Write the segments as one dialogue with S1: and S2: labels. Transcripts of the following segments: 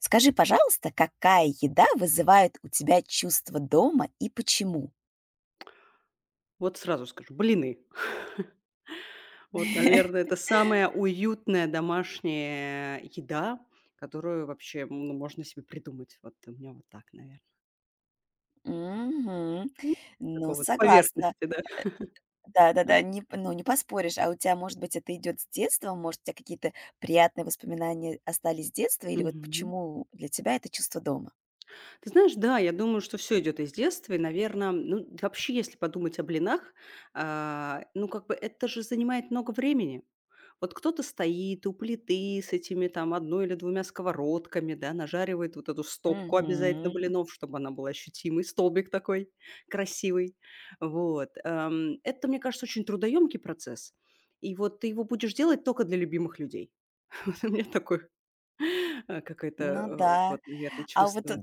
S1: Скажи, пожалуйста, какая еда вызывает у тебя чувство дома и почему?
S2: Вот сразу скажу, блины. Вот, наверное, это самая уютная домашняя еда, которую вообще, ну, можно себе придумать. Вот у меня вот так, наверное.
S1: Мгм.
S2: Ну,
S1: Ну,
S2: такого, на
S1: согласна.
S2: поверхности, да.
S1: Да-да-да, не, ну, не поспоришь. А у тебя, может быть, это идет с детства? Может, у тебя какие-то приятные воспоминания остались с детства? Или вот
S2: Мгм.
S1: почему для тебя это чувство дома?
S2: Ты знаешь, да, я думаю, что все идет из детства. И, наверное, ну, да вообще, если подумать о блинах, ну, как бы это же занимает много времени. Вот кто-то стоит у плиты с этими там одной или двумя сковородками, да, нажаривает вот эту стопку обязательно
S1: Мгм.
S2: блинов, чтобы она была ощутимой, столбик такой красивый. Вот, это, мне кажется, очень трудоемкий процесс. И вот ты его будешь делать только для любимых людей. Вот у меня такое, какое-то,
S1: Ну да.
S2: вот, наверно,
S1: А вот, э,
S2: чувство.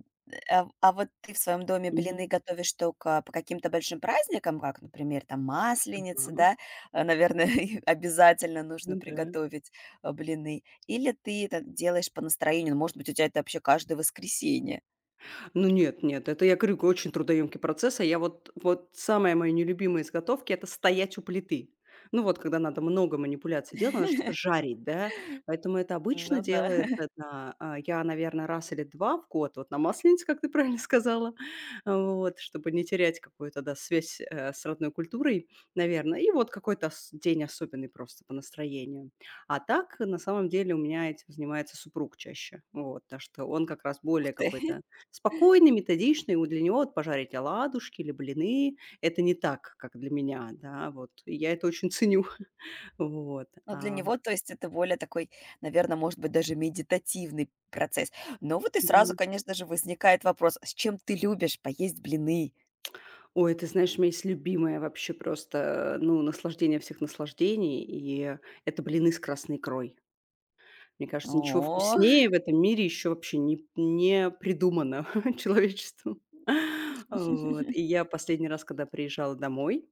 S1: а а вот ты в своем доме блины готовишь только по каким-то большим праздникам, как, например, там Масленица,
S2: А,
S1: да? Наверное, и обязательно нужно
S2: ну да.
S1: приготовить, блины. Или ты это делаешь по настроению? Ну, может быть, у тебя это вообще каждое воскресенье.
S2: Ну нет, нет, это я говорю, очень трудоемкий процесс. А я вот самое моё нелюбимое из готовки — это стоять у плиты. Ну вот, когда надо много манипуляций делать, надо что-то жарить, да. Поэтому это обычно
S1: Ну да.
S2: делает я, наверное, раз или 2 в год, вот на Масленице, как ты правильно сказала, вот, чтобы не терять какую-то, да, связь, с родной культурой, наверное, и вот какой-то ос день особенный просто по настроению. А так, на самом деле, у меня этим занимается супруг чаще. Вот, так что он как раз
S1: Ух
S2: более
S1: ты.
S2: какой-то спокойный, методичный, у для него вот пожарить оладушки или блины — это не так, как для меня, да, вот. И я это очень ценю. Вот,
S1: Но для него, то есть, это более такой, наверное, может быть, даже медитативный процесс. Но вот и сразу,
S2: да.
S1: конечно же, возникает вопрос: а с чем ты любишь поесть блины?
S2: Ой, ты знаешь, у меня есть любимое вообще просто, ну, наслаждение всех наслаждений, и это блины с красной икрой. Мне кажется, ничего
S1: О.
S2: вкуснее в этом мире еще вообще не придумано человечеству. Вот, и я последний раз, когда приезжала домой,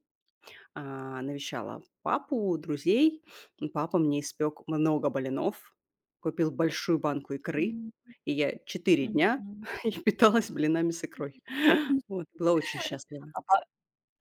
S2: Навещала папу, друзей. Папа мне испек много блинов, купил большую банку икры, и я 4 дня питалась блинами с икрой.
S1: Мгм.
S2: Вот, была очень счастлива.
S1: А па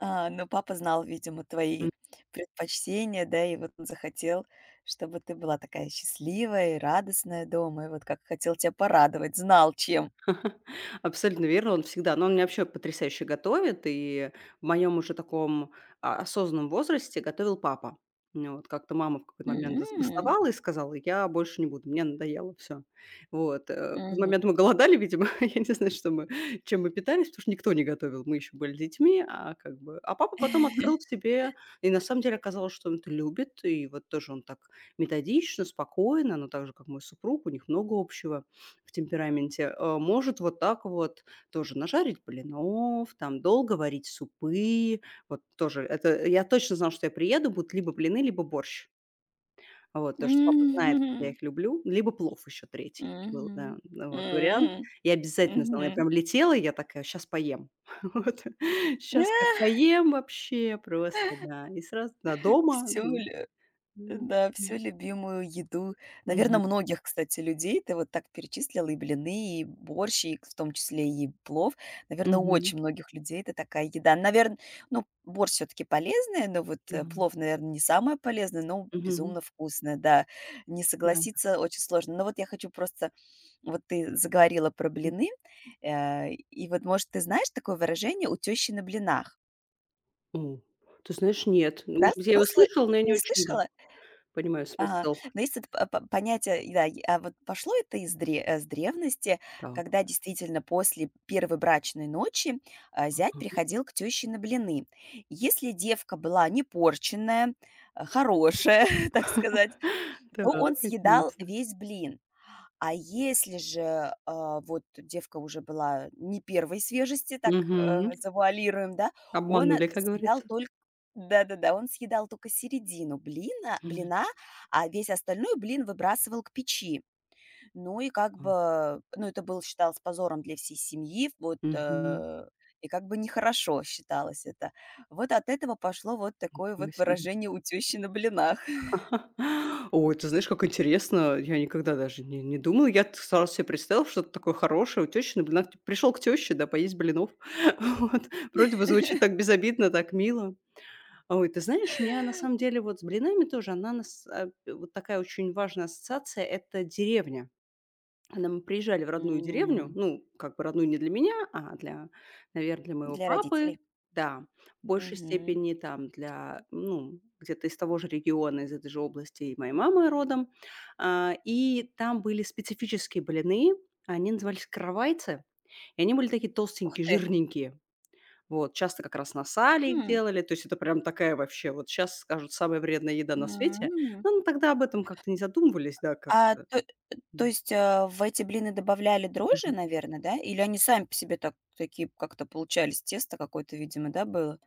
S1: а, ну, папа знал, видимо, твои предпочтения, да, и вот он захотел, чтобы ты была такая счастливая и радостная дома, и вот как хотел тебя порадовать, знал чем.
S2: Абсолютно верно, он всегда, но он меня вообще потрясающе готовит, и в моем уже таком, осознанном возрасте готовил папа. Ну вот как-то мама в какой-то момент
S1: М,
S2: забастовала и сказала: «Я больше не буду, мне надоело все. Вот, в какой-то
S1: мгм.
S2: момент мы голодали, видимо, я не знаю, что мы чем мы питались, потому что никто не готовил, мы еще были детьми, а как бы папа потом открыл себе, и на самом деле оказалось, что он это любит, и вот тоже он так методично, спокойно, но так же, как мой супруг, у них много общего. В темпераменте, может вот так вот тоже нажарить блинов, там долго варить супы. Вот тоже это я точно знала, что я приеду, будут либо блины, либо борщ. Вот, потому что папа знает, как я
S1: Мгм,
S2: их люблю. Либо плов еще третий был, да,
S1: мгм,
S2: ну вот вариант.
S1: м,
S2: Я обязательно знала, я
S1: мгм.
S2: прям летела, и я такая: сейчас поем». Вот, щас как поем вообще просто, да. И сразу, да, дома,
S1: Всё.
S2: м.
S1: Да, всю
S2: м.
S1: любимую еду. Наверное,
S2: Мгм,
S1: многих, кстати, людей ты вот так перечислила, и блины, и борщ, и в том числе и плов. Наверное, у
S2: мгм,
S1: очень многих людей это такая еда. Наверное, ну, борщ все таки полезная, но вот,
S2: да,
S1: плов, наверное, не самое полезное, но
S2: мгм,
S1: безумно вкусное, да. Не
S2: да.
S1: согласиться очень сложно. Но вот я хочу просто вот ты заговорила про блины, и вот, может, ты знаешь такое выражение "у тещи на блинах"?
S2: М, ты знаешь, нет. Ну,
S1: Да?
S2: может быть, я
S1: Ну,
S2: его
S1: слы
S2: слышала, но я не
S1: не
S2: очень, да,
S1: слышала?
S2: понимаю
S1: Ага.
S2: смысл.
S1: Но есть это п п понятие, и да, е а вот пошло это с древности,
S2: Так,
S1: когда действительно после первой брачной ночи, зять
S2: ага.
S1: приходил к теще на блины. Если девка была непорченая, хорошая, так сказать,
S2: Так,
S1: то он съедал
S2: интересно.
S1: весь блин. А если же, вот девка уже была не первой свежести, так,
S2: Мгм.
S1: завуалируем, да, он
S2: Обманули, как
S1: съедал
S2: говорится.
S1: только, да-да-да, он съедал только середину блина
S2: М,
S1: блина, а весь остальной блин выбрасывал к печи. Ну и как
S2: а,
S1: бы, ну, это был считалось позором для всей семьи, вот,
S2: мгм.
S1: и как бы нехорошо считалось это. Вот от этого пошло вот такое вот
S2: Ничего себе.
S1: выражение "у тещи на блинах".
S2: Ой, ты знаешь, как интересно. Я никогда даже не думала. Я т сразу себе представила, что это такое хорошее у тещи на блинах. Пришёл к теще, да, поесть блинов. Вот. Вроде бы звучит так безобидно, так мило. Ой, ты знаешь, у меня на самом деле вот с блинами тоже она нас а, п вот такая очень важная ассоциация — это деревня. Когда мы приезжали в родную деревню,
S1: М,
S2: ну, как бы родную не для меня, а для, наверное, для моего
S1: для
S2: папы,
S1: родителей.
S2: да, в большей
S1: Мгм.
S2: степени там для, ну, где-то из того же региона, из этой же области и моей мамы родом. И там были специфические блины, они назывались каравайцы, и они были такие
S1: Ух
S2: толстенькие,
S1: ты!
S2: жирненькие. Вот, часто как раз на сале их
S1: М.
S2: делали, то есть это прям такая вообще, вот сейчас скажут, самая вредная еда на свете.
S1: М.
S2: Но мы тогда об этом как-то не задумывались, да,
S1: А,
S2: как-то,
S1: то то
S2: да.
S1: есть, э, в эти блины добавляли дрожжи,
S2: Мгм.
S1: наверное, да? Или они сами по себе так такие как-то получались? Тесто какое-то, видимо, да, было?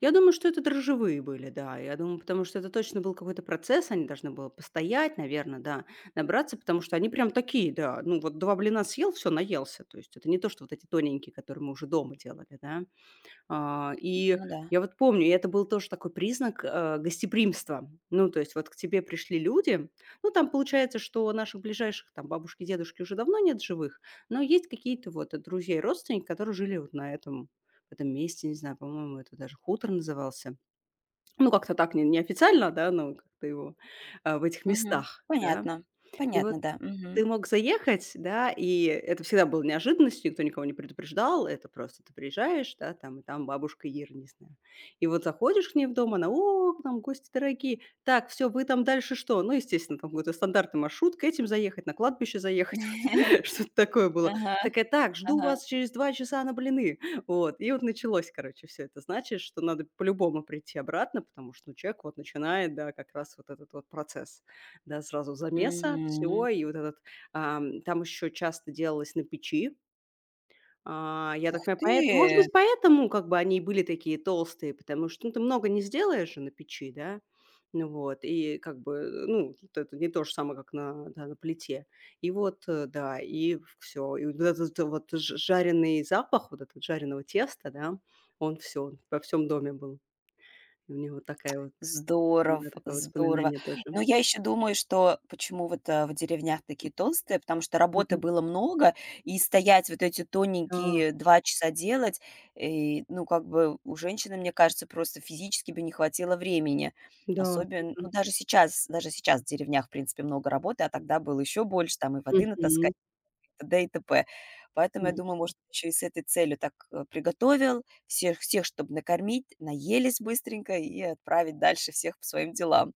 S2: Я думаю, что это дрожжевые были, да. Я думаю, потому что это точно был какой-то процесс, они должны были постоять, наверное, да, набраться, потому что они прям такие, да. Ну, вот 2 блина съел, все наелся. То есть это не то, что вот эти тоненькие, которые мы уже дома делали, да. А, и
S1: Ну да.
S2: я вот помню, и это был тоже такой признак, гостеприимства. Ну, то есть вот к тебе пришли люди. Ну, там получается, что наших ближайших там бабушки, дедушки уже давно нет живых, но есть какие-то вот друзья и родственники, которые жили вот на этом в этом месте, не знаю, по-моему, это даже хутор назывался. Ну, как-то так, не неофициально, да, но как-то его, в этих
S1: Мгм.
S2: местах, да.
S1: Понятно.
S2: И вот
S1: Понятно, да. Мгм.
S2: ты мог заехать, да, и это всегда было неожиданностью, никто никого не предупреждал, это просто ты приезжаешь, да, там, и там бабушка Ира, не знаю. И вот заходишь к ней в дом, она: «О, к нам гости дорогие. Так, все, вы там дальше что?» Ну, естественно, там какой-то стандартный маршрут: к этим заехать, на кладбище заехать, вот что-то такое было.
S1: Ага,
S2: Такая: «Так, жду
S1: ага.
S2: вас через 2 часа на блины». Вот, и вот началось, короче, все. Это значит, что надо по-любому прийти обратно, потому что, ну, человек вот начинает, да, как раз вот этот вот процесс, да, сразу замеса,
S1: Мгм.
S2: всего, и вот этот там еще часто делалось на печи. Я
S1: Ух
S2: так понимаю, поэт может
S1: ты!
S2: быть, поэтому как бы они и были такие толстые, потому что, ну, ты много не сделаешь же на печи, да. Ну вот, и как бы, ну, вот это не то же самое, как на, да, на плите. И вот, да, и все. И вот этот вот ж жареный запах вот этот жареного теста, да, он все он во всем доме был. И у меня вот такая вот,
S1: Здорово,
S2: да, такое
S1: здорово.
S2: воспоминание тоже.
S1: Но я еще думаю, что почему вот, в деревнях такие толстые, потому что работы
S2: Мгм.
S1: было много, и стоять вот эти
S2: Да,
S1: тоненькие 2 часа делать, и, ну, как бы у женщины, мне кажется, просто физически бы не хватило времени.
S2: да,
S1: Особенно
S2: тоже.
S1: ну, даже сейчас в деревнях, в принципе, много работы, а тогда было еще больше, там и воды натаскать т.д. и т.п. Поэтому, я
S2: Мгм.
S1: думаю, может, еще и с этой целью так, приготовил всех, чтобы накормить, наелись быстренько и отправить дальше всех по своим делам.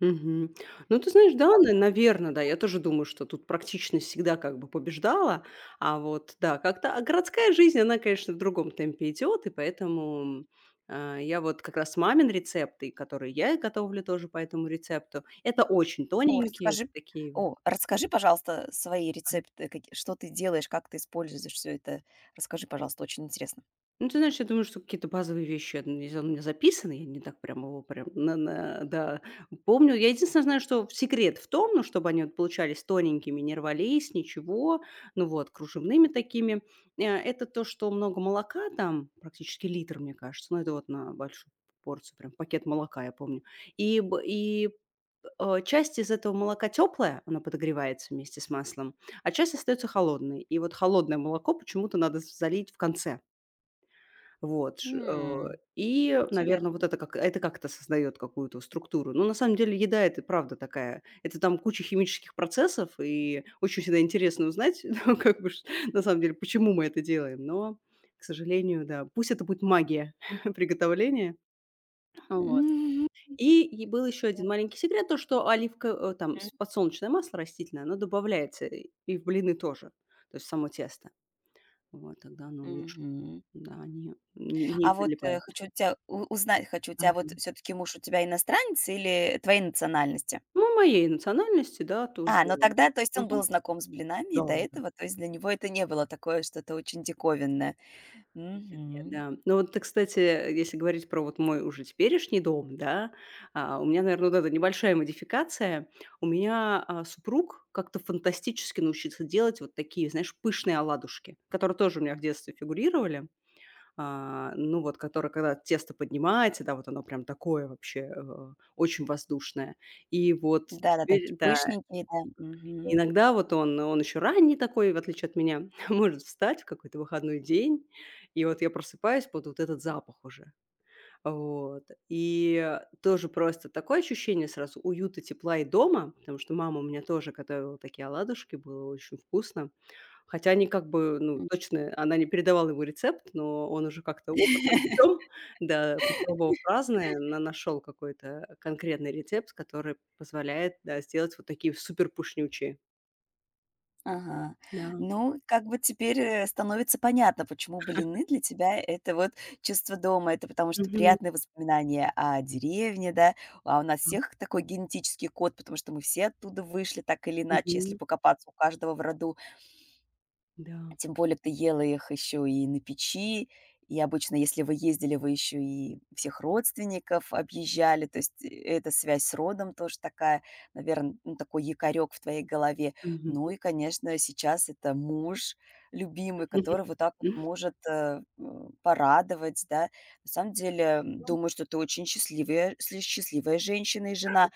S2: Мгм. Ну, ты знаешь, да,
S1: А вот
S2: на наверно, да. Я тоже думаю, что тут практичность всегда как бы побеждала. А вот, да, как-то, а городская жизнь, она, конечно, в другом темпе идет, и поэтому, я вот как раз мамин рецепты, которые я и готовлю тоже по этому рецепту, это очень
S1: о,
S2: тоненькие
S1: расскажи
S2: вот такие вот,
S1: расскажи, пожалуйста, свои
S2: да.
S1: рецепты, каки что ты делаешь, как ты используешь все это. Расскажи, пожалуйста, очень интересно.
S2: Ну, ты знаешь, я думаю, что какие-то базовые вещи, ну, не знаю, он у меня записан, я не так прям его прям, да, помню. Я единственное знаю, что секрет в том, ну, чтобы они вот получались тоненькими, не рвались, ничего, ну, вот, кружевными такими, это то, что много молока там, практически литр, мне кажется, ну, это вот на большую порцию, прям пакет молока, я помню. И часть из этого молока теплая, она подогревается вместе с маслом, а часть остается холодной. И вот холодное молоко почему-то надо залить в конце. Вот,
S1: М,
S2: и, наверное, вот
S1: интересно.
S2: это как это как-то создает какую-то структуру. Но на самом деле еда — это правда такая, это там куча химических процессов, и очень всегда интересно узнать, ну, как бы, ш на самом деле, почему мы это делаем. Но, к сожалению, да, пусть это будет магия приготовления. Вот.
S1: Мгм.
S2: И был еще один маленький секрет, то, что оливка э, там, с подсолнечное масло растительное, оно добавляется и в блины тоже, то есть в само тесто. Вот, тогда оно лучше.
S1: Мгм.
S2: Да, не
S1: А вот,
S2: прилипает.
S1: хочу у тебя у узнать, у тебя вот
S2: Ага.
S1: все таки муж у тебя иностранец или твоей национальности?
S2: Ну, моей национальности, да, тоже.
S1: А, ну тогда, то есть он был
S2: Мгм.
S1: знаком с блинами и
S2: Да,
S1: до
S2: да.
S1: этого, то есть для него это не было такое что-то очень диковинное.
S2: Нет, нет,
S1: Мгм.
S2: да. Но вот, кстати, если говорить про вот мой уже теперешний дом, да, у меня, наверное, вот эта небольшая модификация. У меня, супруг как-то фантастически научился делать вот такие, знаешь, пышные оладушки, которые тоже у меня в детстве фигурировали. Ну, вот, которые, когда тесто поднимаете, да, вот оно прям такое вообще, очень воздушное. И вот
S1: Да-да-да,
S2: теперь,
S1: такие
S2: да.
S1: пышненькие, да. Мгм.
S2: Иногда вот он еще ранний такой, в отличие от меня, может встать в какой-то выходной день, и вот я просыпаюсь под вот этот запах уже. Вот. И тоже просто такое ощущение сразу уюта, тепла и дома, потому что мама у меня тоже готовила такие оладушки, было очень вкусно. Хотя они как бы, ну,
S1: М.
S2: точно, она не передавала его рецепт, но он уже как-то опытным путем, да, попробовав разное, нашел какой-то конкретный рецепт, который позволяет, да, сделать вот такие супер пушнючие.
S1: Ага.
S2: Да.
S1: Ну, как бы теперь, становится понятно, почему блины для тебя- это вот чувство дома, это потому что
S2: Мгм.
S1: приятные воспоминания о деревне, да. А у нас всех такой генетический код, потому что мы все оттуда вышли так или иначе, если
S2: Мгм.
S1: покопаться у каждого в роду. А
S2: Да.
S1: тем более ты ела их еще и на печи. И обычно, если вы ездили, вы еще и всех родственников объезжали. То есть эта связь с родом тоже такая, наверное, ну, такой якорек в твоей голове.
S2: Мгм.
S1: Ну и, конечно, сейчас это муж любимый, который вот так вот может порадовать, да. На самом деле, думаю, что ты очень счастливая, счастливая женщина и жена,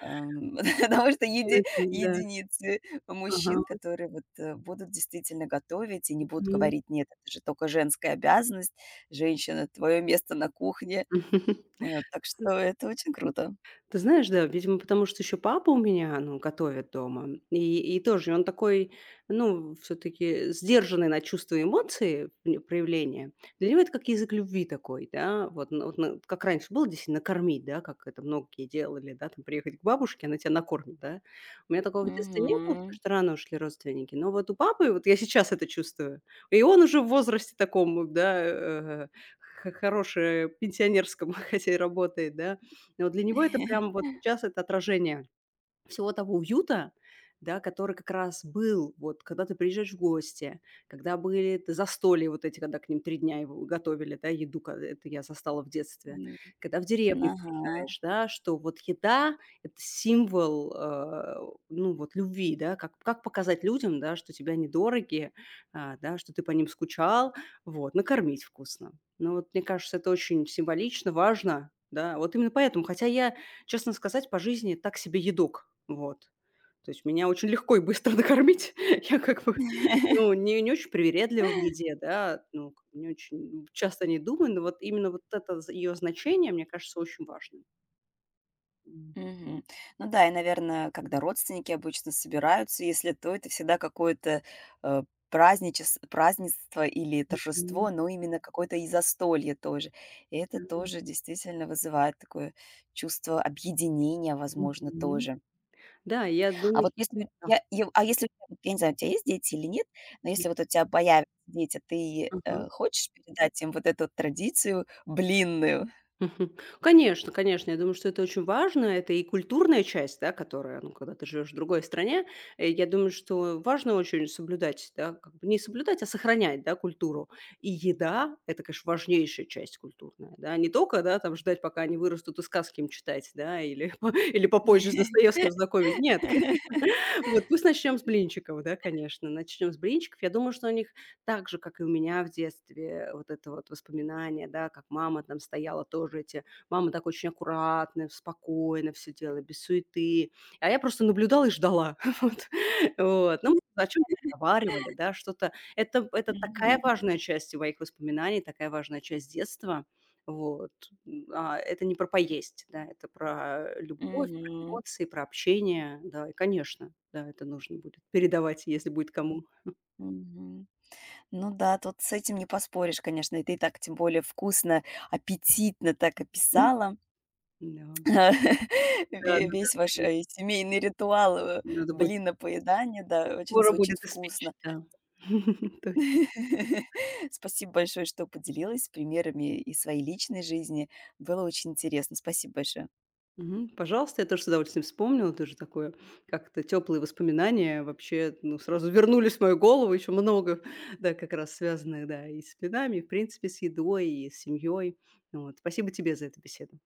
S1: Ам, потому что
S2: М. Да.
S1: единицы
S2: Ага.
S1: мужчин, которые вот, будут действительно готовить и не будут
S2: Мгм.
S1: говорить: "Нет, это же только женская обязанность, женщина, твое место на кухне". Вот, так что это очень круто.
S2: Ты знаешь, да, видимо, потому что еще папа у меня, ну, готовит дома. И тоже он такой, ну, все-таки сдержанный на чувства и эмоции, проявления. Для него это как язык любви такой, да. Вот, ну, как раньше было действительно накормить, да, как это многие делали, да, там приехать к бабушке, она тебя накормит, да. У меня такого в детстве не было, потому
S1: Мгм.
S2: что рано ушли родственники. Но вот у папы, вот я сейчас это чувствую. И он уже в возрасте таком, да, хорошее пенсионерском, хотя и работает, да, и вот для него это прям вот сейчас это отражение всего того уюта, да, который как раз был, вот, когда ты приезжаешь в гости, когда были застолья вот эти, когда к ним 3 дня его готовили, да, еду, это я застала в детстве,
S1: М,
S2: когда в деревню
S1: ага.
S2: приезжаешь, да, что вот еда — это символ, ну, вот, любви, да, как показать людям, да, что тебя недороги, да, что ты по ним скучал, вот, накормить вкусно. Ну, вот, мне кажется, это очень символично, важно, да, вот именно поэтому, хотя я, честно сказать, по жизни так себе едок. Вот. То есть меня очень легко и быстро накормить. Я как бы, ну, не очень привередлива в еде, да, ну, как бы не очень часто не думаю, но вот именно вот это ее значение, мне кажется, очень важным. Мгм.
S1: Мгм. Ну да, и, наверное, когда родственники обычно собираются, если то, это всегда какое-то э, празднество или
S2: Да.
S1: торжество, но именно какое-то и застолье тоже. И это тоже действительно вызывает такое чувство объединения, возможно,
S2: Мгм.
S1: тоже.
S2: Да, я
S1: А
S2: думаю,
S1: вот
S2: что
S1: если, у-
S2: да.
S1: я- а если, у тебя, вот я не знаю, у тебя есть дети или нет, но если вот у тебя появятся дети, ты
S2: Ага.
S1: хочешь передать им вот эту традицию блинную?
S2: Мгм. Конечно, конечно, я думаю, что это очень важно. Это и культурная часть, да, которая, ну, когда ты живешь в другой стране, я думаю, что важно очень соблюдать, да, как бы не соблюдать, а сохранять, да, культуру. И еда — это, конечно, важнейшая часть культурная, да, не только, да, там ждать, пока они вырастут и сказки им читать, да, или, или попозже с Достоевским знакомить. Нет, конечно. Вот пусть начнем с блинчиков, да, конечно, начнем с блинчиков. Я думаю, что они так же, как и у меня в детстве, вот это вот воспоминание, да, как мама там стояла, тоже эти мама так очень аккуратно, спокойно все делала, без суеты. А я просто наблюдала и ждала. Вот, вот. Ну, о чем разговаривали, да, что-то. Это
S1: Мгм.
S2: такая важная часть моих воспоминаний, такая важная часть детства. Вот, это не про поесть, да, это про любовь, про
S1: Мгм.
S2: эмоции, про общение. Да, и, конечно, да, это нужно будет передавать, если будет кому.
S1: Мгм. Ну да, тут с этим не поспоришь, конечно. И ты так, тем более, вкусно, аппетитно так
S2: М,
S1: описала
S2: да. Да, надо
S1: весь ваш
S2: прям,
S1: семейный ритуал
S2: надо будет,
S1: блина поедания. Да, очень
S2: скоро
S1: звучит
S2: будет
S1: вкусно.
S2: испечь, да. То есть,
S1: Спасибо большое, что поделилась примерами из своей личной жизни. Было очень интересно. Спасибо большое.
S2: Мгм. Пожалуйста, я тоже с удовольствием вспомнила. Тоже такое как-то теплые воспоминания вообще, ну, сразу вернулись в мою голову. Еще много, да, как раз связанных, да, и с пинами, и в принципе с едой, и с семьей. Вот. Спасибо тебе за эту беседу.